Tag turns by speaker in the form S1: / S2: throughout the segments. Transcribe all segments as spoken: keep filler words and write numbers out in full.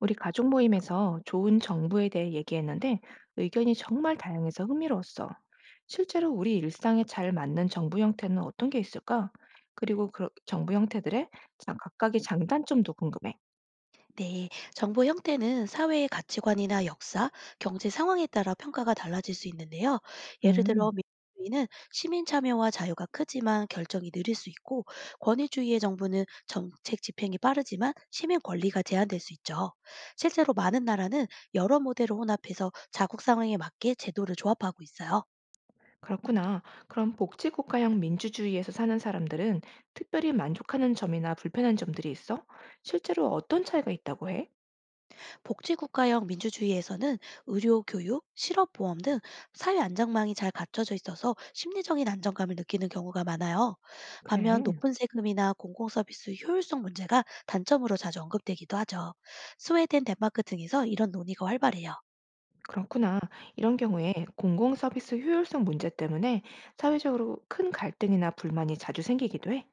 S1: 우리 가족 모임에서 좋은 정부에 대해 얘기했는데 의견이 정말 다양해서 흥미로웠어. 실제로 우리 일상에 잘 맞는 정부 형태는 어떤 게 있을까? 그리고 그 정부 형태들의 자- 각각의 장단점도 궁금해.
S2: 네, 정보 형태는 사회의 가치관이나 역사, 경제 상황에 따라 평가가 달라질 수 있는데요. 예를 들어
S1: 음,
S2: 민주주의는 시민 참여와 자유가 크지만 결정이 느릴 수 있고 권위주의의 정부는 정책 집행이 빠르지만 시민 권리가 제한될 수 있죠. 실제로 많은 나라는 여러 모델을 혼합해서 자국 상황에 맞게 제도를 조합하고 있어요.
S1: 그렇구나. 그럼 복지국가형 민주주의에서 사는 사람들은 특별히 만족하는 점이나 불편한 점들이 있어? 실제로 어떤 차이가 있다고 해?
S2: 복지국가형 민주주의에서는 의료, 교육, 실업보험 등 사회 안전망이 잘 갖춰져 있어서 심리적인 안정감을 느끼는 경우가 많아요. 반면
S1: 그래.
S2: 높은 세금이나 공공서비스 효율성 문제가 단점으로 자주 언급되기도 하죠. 스웨덴, 덴마크 등에서 이런 논의가 활발해요.
S1: 그렇구나. 이런 경우에 공공 서비스 효율성 문제 때문에 사회적으로 큰 갈등이나 불만이 자주 생기기도 해.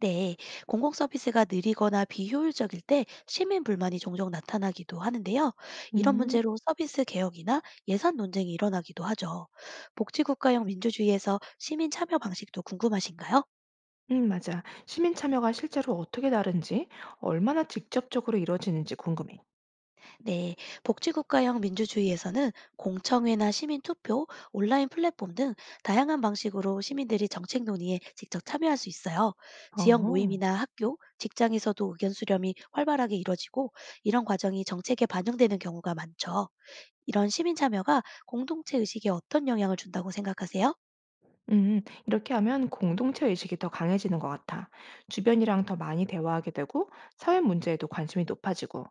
S2: 네, 공공 서비스가 느리거나 비효율적일 때 시민 불만이 종종 나타나기도 하는데요. 이런
S1: 음,
S2: 문제로 서비스 개혁이나 예산 논쟁이 일어나기도 하죠. 복지국가형 민주주의에서 시민 참여 방식도 궁금하신가요?
S1: 음, 맞아. 시민 참여가 실제로 어떻게 다른지, 얼마나 직접적으로 이루어지는지 궁금해.
S2: 네, 복지국가형 민주주의에서는 공청회나 시민투표, 온라인 플랫폼 등 다양한 방식으로 시민들이 정책 논의에 직접 참여할 수 있어요. 지역
S1: 어.
S2: 모임이나 학교, 직장에서도 의견 수렴이 활발하게 이뤄지고 이런 과정이 정책에 반영되는 경우가 많죠. 이런 시민 참여가 공동체 의식에 어떤 영향을 준다고 생각하세요?
S1: 음, 이렇게 하면 공동체 의식이 더 강해지는 것 같아. 주변이랑 더 많이 대화하게 되고, 사회 문제에도 관심이 높아지고.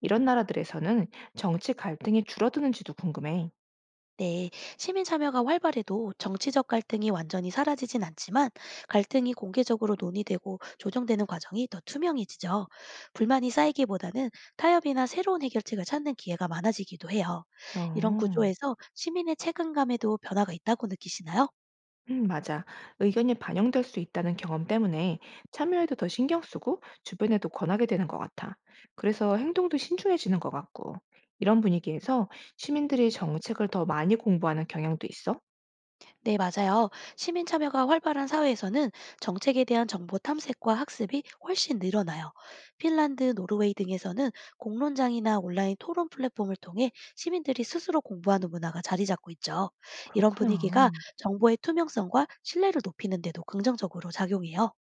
S1: 이런 나라들에서는 정치 갈등이 줄어드는지도 궁금해.
S2: 네, 시민 참여가 활발해도 정치적 갈등이 완전히 사라지진 않지만 갈등이 공개적으로 논의되고 조정되는 과정이 더 투명해지죠. 불만이 쌓이기보다는 타협이나 새로운 해결책을 찾는 기회가 많아지기도 해요. 이런
S1: 어.
S2: 구조에서 시민의 책임감에도 변화가 있다고 느끼시나요?
S1: 음, 맞아. 의견이 반영될 수 있다는 경험 때문에 참여에도 더 신경 쓰고 주변에도 권하게 되는 것 같아. 그래서 행동도 신중해지는 것 같고. 이런 분위기에서 시민들이 정책을 더 많이 공부하는 경향도 있어?
S2: 네, 맞아요. 시민 참여가 활발한 사회에서는 정책에 대한 정보 탐색과 학습이 훨씬 늘어나요. 핀란드, 노르웨이 등에서는 공론장이나 온라인 토론 플랫폼을 통해 시민들이 스스로 공부하는 문화가 자리 잡고 있죠. 이런 분위기가
S1: 그렇구나.
S2: 정보의 투명성과 신뢰를 높이는 데도 긍정적으로 작용해요.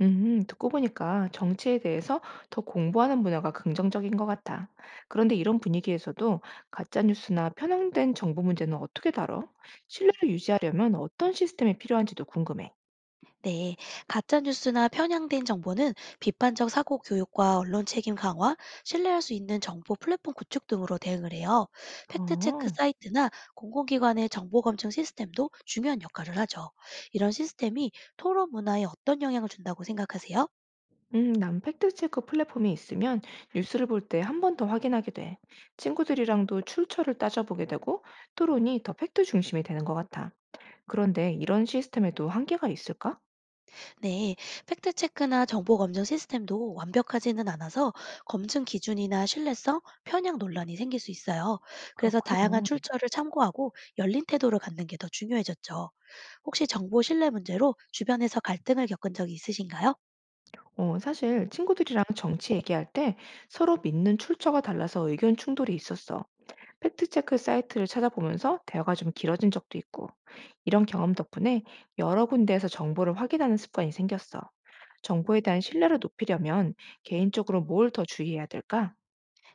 S1: 음, 듣고 보니까 정치에 대해서 더 공부하는 문화가 긍정적인 것 같아. 그런데 이런 분위기에서도 가짜뉴스나 편향된 정보 문제는 어떻게 다뤄? 신뢰를 유지하려면 어떤 시스템이 필요한지도 궁금해.
S2: 네, 가짜뉴스나 편향된 정보는 비판적 사고 교육과 언론 책임 강화, 신뢰할 수 있는 정보 플랫폼 구축 등으로 대응을 해요.
S1: 어.
S2: 팩트체크 사이트나 공공기관의 정보 검증 시스템도 중요한 역할을 하죠. 이런 시스템이 토론 문화에 어떤 영향을 준다고 생각하세요?
S1: 음, 난 팩트체크 플랫폼이 있으면 뉴스를 볼 때 한 번 더 확인하게 돼. 친구들이랑도 출처를 따져보게 되고 토론이 더 팩트 중심이 되는 것 같아. 그런데 이런 시스템에도 한계가 있을까?
S2: 네, 팩트체크나 정보 검증 시스템도 완벽하지는 않아서 검증 기준이나 신뢰성, 편향 논란이 생길 수 있어요. 그래서 다양한
S1: 그렇구나.
S2: 출처를 참고하고 열린 태도를 갖는 게 더 중요해졌죠. 혹시 정보 신뢰 문제로 주변에서 갈등을 겪은 적이 있으신가요?
S1: 어, 사실 친구들이랑 정치 얘기할 때 서로 믿는 출처가 달라서 의견 충돌이 있었어. 팩트체크 사이트를 찾아보면서 대화가 좀 길어진 적도 있고, 이런 경험 덕분에 여러 군데에서 정보를 확인하는 습관이 생겼어. 정보에 대한 신뢰를 높이려면 개인적으로 뭘 더 주의해야 될까?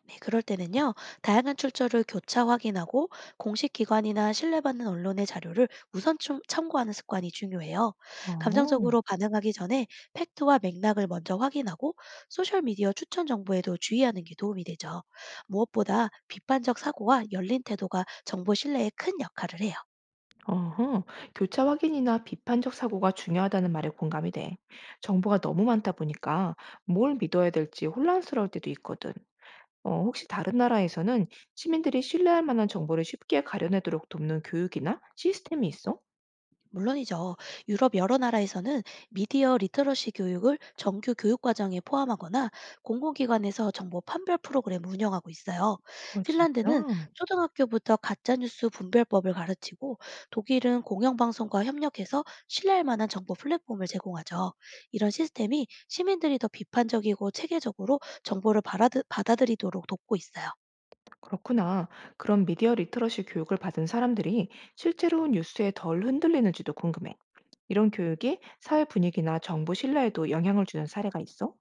S2: 네, 그럴 때는요, 다양한 출처를 교차 확인하고 공식 기관이나 신뢰받는 언론의 자료를 우선 참- 참고하는 습관이 중요해요.
S1: 어,
S2: 감정적으로 반응하기 전에 팩트와 맥락을 먼저 확인하고 소셜미디어 추천 정보에도 주의하는 게 도움이 되죠. 무엇보다 비판적 사고와 열린 태도가 정보 신뢰에 큰 역할을 해요.
S1: 어허. 교차 확인이나 비판적 사고가 중요하다는 말에 공감이 돼. 정보가 너무 많다 보니까 뭘 믿어야 될지 혼란스러울 때도 있거든. 어, 혹시 다른 나라에서는 시민들이 신뢰할 만한 정보를 쉽게 가려내도록 돕는 교육이나 시스템이 있어?
S2: 물론이죠. 유럽 여러 나라에서는 미디어 리터러시 교육을 정규 교육 과정에 포함하거나 공공기관에서 정보 판별 프로그램을 운영하고 있어요.
S1: 어,
S2: 핀란드는
S1: 진짜?
S2: 초등학교부터 가짜뉴스 분별법을 가르치고 독일은 공영방송과 협력해서 신뢰할 만한 정보 플랫폼을 제공하죠. 이런 시스템이 시민들이 더 비판적이고 체계적으로 정보를 받아들- 받아들이도록 돕고 있어요.
S1: 그렇구나. 그런 미디어 리터러시 교육을 받은 사람들이 실제로 뉴스에 덜 흔들리는지도 궁금해. 이런 교육이 사회 분위기나 정부 신뢰에도 영향을 주는 사례가 있어?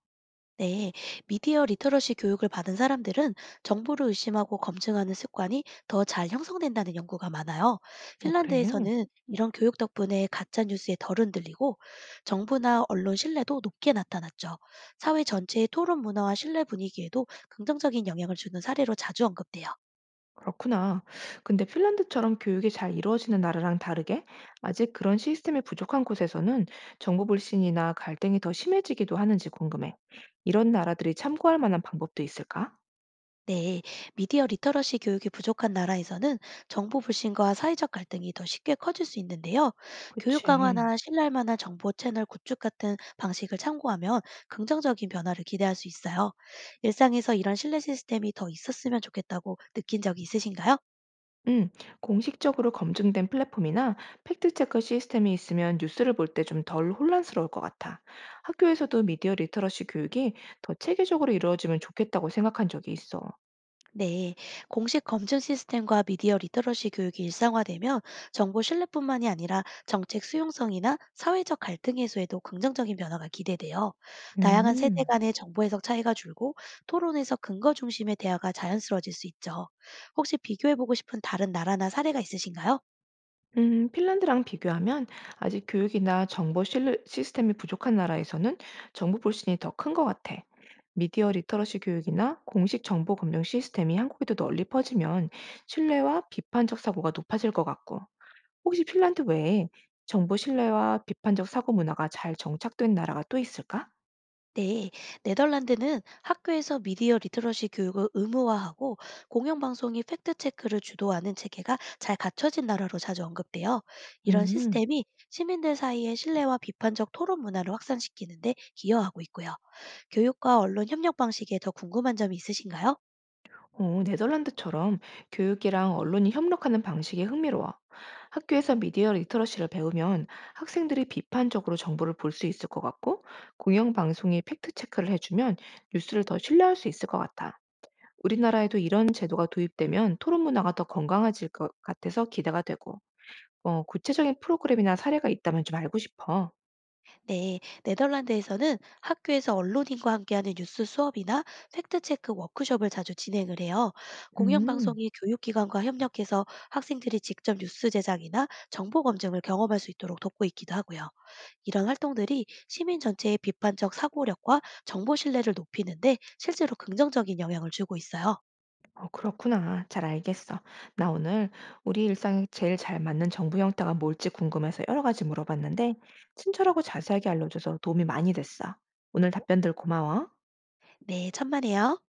S2: 네, 미디어 리터러시 교육을 받은 사람들은 정보를 의심하고 검증하는 습관이 더 잘 형성된다는 연구가 많아요.
S1: 어, 그래.
S2: 핀란드에서는 이런 교육 덕분에 가짜 뉴스에 덜 흔들리고 정부나 언론 신뢰도 높게 나타났죠. 사회 전체의 토론 문화와 신뢰 분위기에도 긍정적인 영향을 주는 사례로 자주 언급돼요.
S1: 그렇구나. 근데 핀란드처럼 교육이 잘 이루어지는 나라랑 다르게 아직 그런 시스템이 부족한 곳에서는 정보 불신이나 갈등이 더 심해지기도 하는지 궁금해. 이런 나라들이 참고할 만한 방법도 있을까?
S2: 네, 미디어 리터러시 교육이 부족한 나라에서는 정보 불신과 사회적 갈등이 더 쉽게 커질 수 있는데요. 교육
S1: 그치.
S2: 강화나 신뢰할 만한 정보 채널 구축 같은 방식을 참고하면 긍정적인 변화를 기대할 수 있어요. 일상에서 이런 신뢰 시스템이 더 있었으면 좋겠다고 느낀 적이 있으신가요?
S1: 음, 공식적으로 검증된 플랫폼이나 팩트체크 시스템이 있으면 뉴스를 볼 때 좀 덜 혼란스러울 것 같아. 학교에서도 미디어 리터러시 교육이 더 체계적으로 이루어지면 좋겠다고 생각한 적이 있어.
S2: 네, 공식 검증 시스템과 미디어 리터러시 교육이 일상화되면 정보 신뢰뿐만이 아니라 정책 수용성이나 사회적 갈등 해소에도 긍정적인 변화가 기대돼요. 다양한 세대
S1: 음,
S2: 간의 정보 해석 차이가 줄고 토론에서 근거 중심의 대화가 자연스러워질 수 있죠. 혹시 비교해보고 싶은 다른 나라나 사례가 있으신가요?
S1: 음, 핀란드랑 비교하면 아직 교육이나 정보 실 시스템이 부족한 나라에서는 정부 불신이 더 큰 것 같아. 미디어 리터러시 교육이나 공식 정보 검증 시스템이 한국에도 널리 퍼지면 신뢰와 비판적 사고가 높아질 것 같고. 혹시 핀란드 외에 정보 신뢰와 비판적 사고 문화가 잘 정착된 나라가 또 있을까?
S2: 네, 네덜란드는 학교에서 미디어 리터러시 교육을 의무화하고 공영방송이 팩트체크를 주도하는 체계가 잘 갖춰진 나라로 자주 언급돼요. 이런
S1: 음,
S2: 시스템이 시민들 사이의 신뢰와 비판적 토론 문화를 확산시키는데 기여하고 있고요. 교육과 언론 협력 방식에 더 궁금한 점이 있으신가요?
S1: 어, 네덜란드처럼 교육이랑 언론이 협력하는 방식이 흥미로워. 학교에서 미디어 리터러시를 배우면 학생들이 비판적으로 정보를 볼 수 있을 것 같고, 공영방송이 팩트체크를 해주면 뉴스를 더 신뢰할 수 있을 것 같아. 우리나라에도 이런 제도가 도입되면 토론 문화가 더 건강해질 것 같아서 기대가 되고, 어, 구체적인 프로그램이나 사례가 있다면 좀 알고 싶어.
S2: 네, 네덜란드에서는 학교에서 언론인과 함께하는 뉴스 수업이나 팩트체크 워크숍을 자주 진행을 해요.
S1: 음.
S2: 공영방송이 교육기관과 협력해서 학생들이 직접 뉴스 제작이나 정보 검증을 경험할 수 있도록 돕고 있기도 하고요. 이런 활동들이 시민 전체의 비판적 사고력과 정보 신뢰를 높이는데 실제로 긍정적인 영향을 주고 있어요.
S1: 어, 그렇구나. 잘 알겠어. 나 오늘 우리 일상에 제일 잘 맞는 정부 형태가 뭘지 궁금해서 여러 가지 물어봤는데, 친절하고 자세하게 알려줘서 도움이 많이 됐어. 오늘 답변들 고마워.
S2: 네, 천만에요.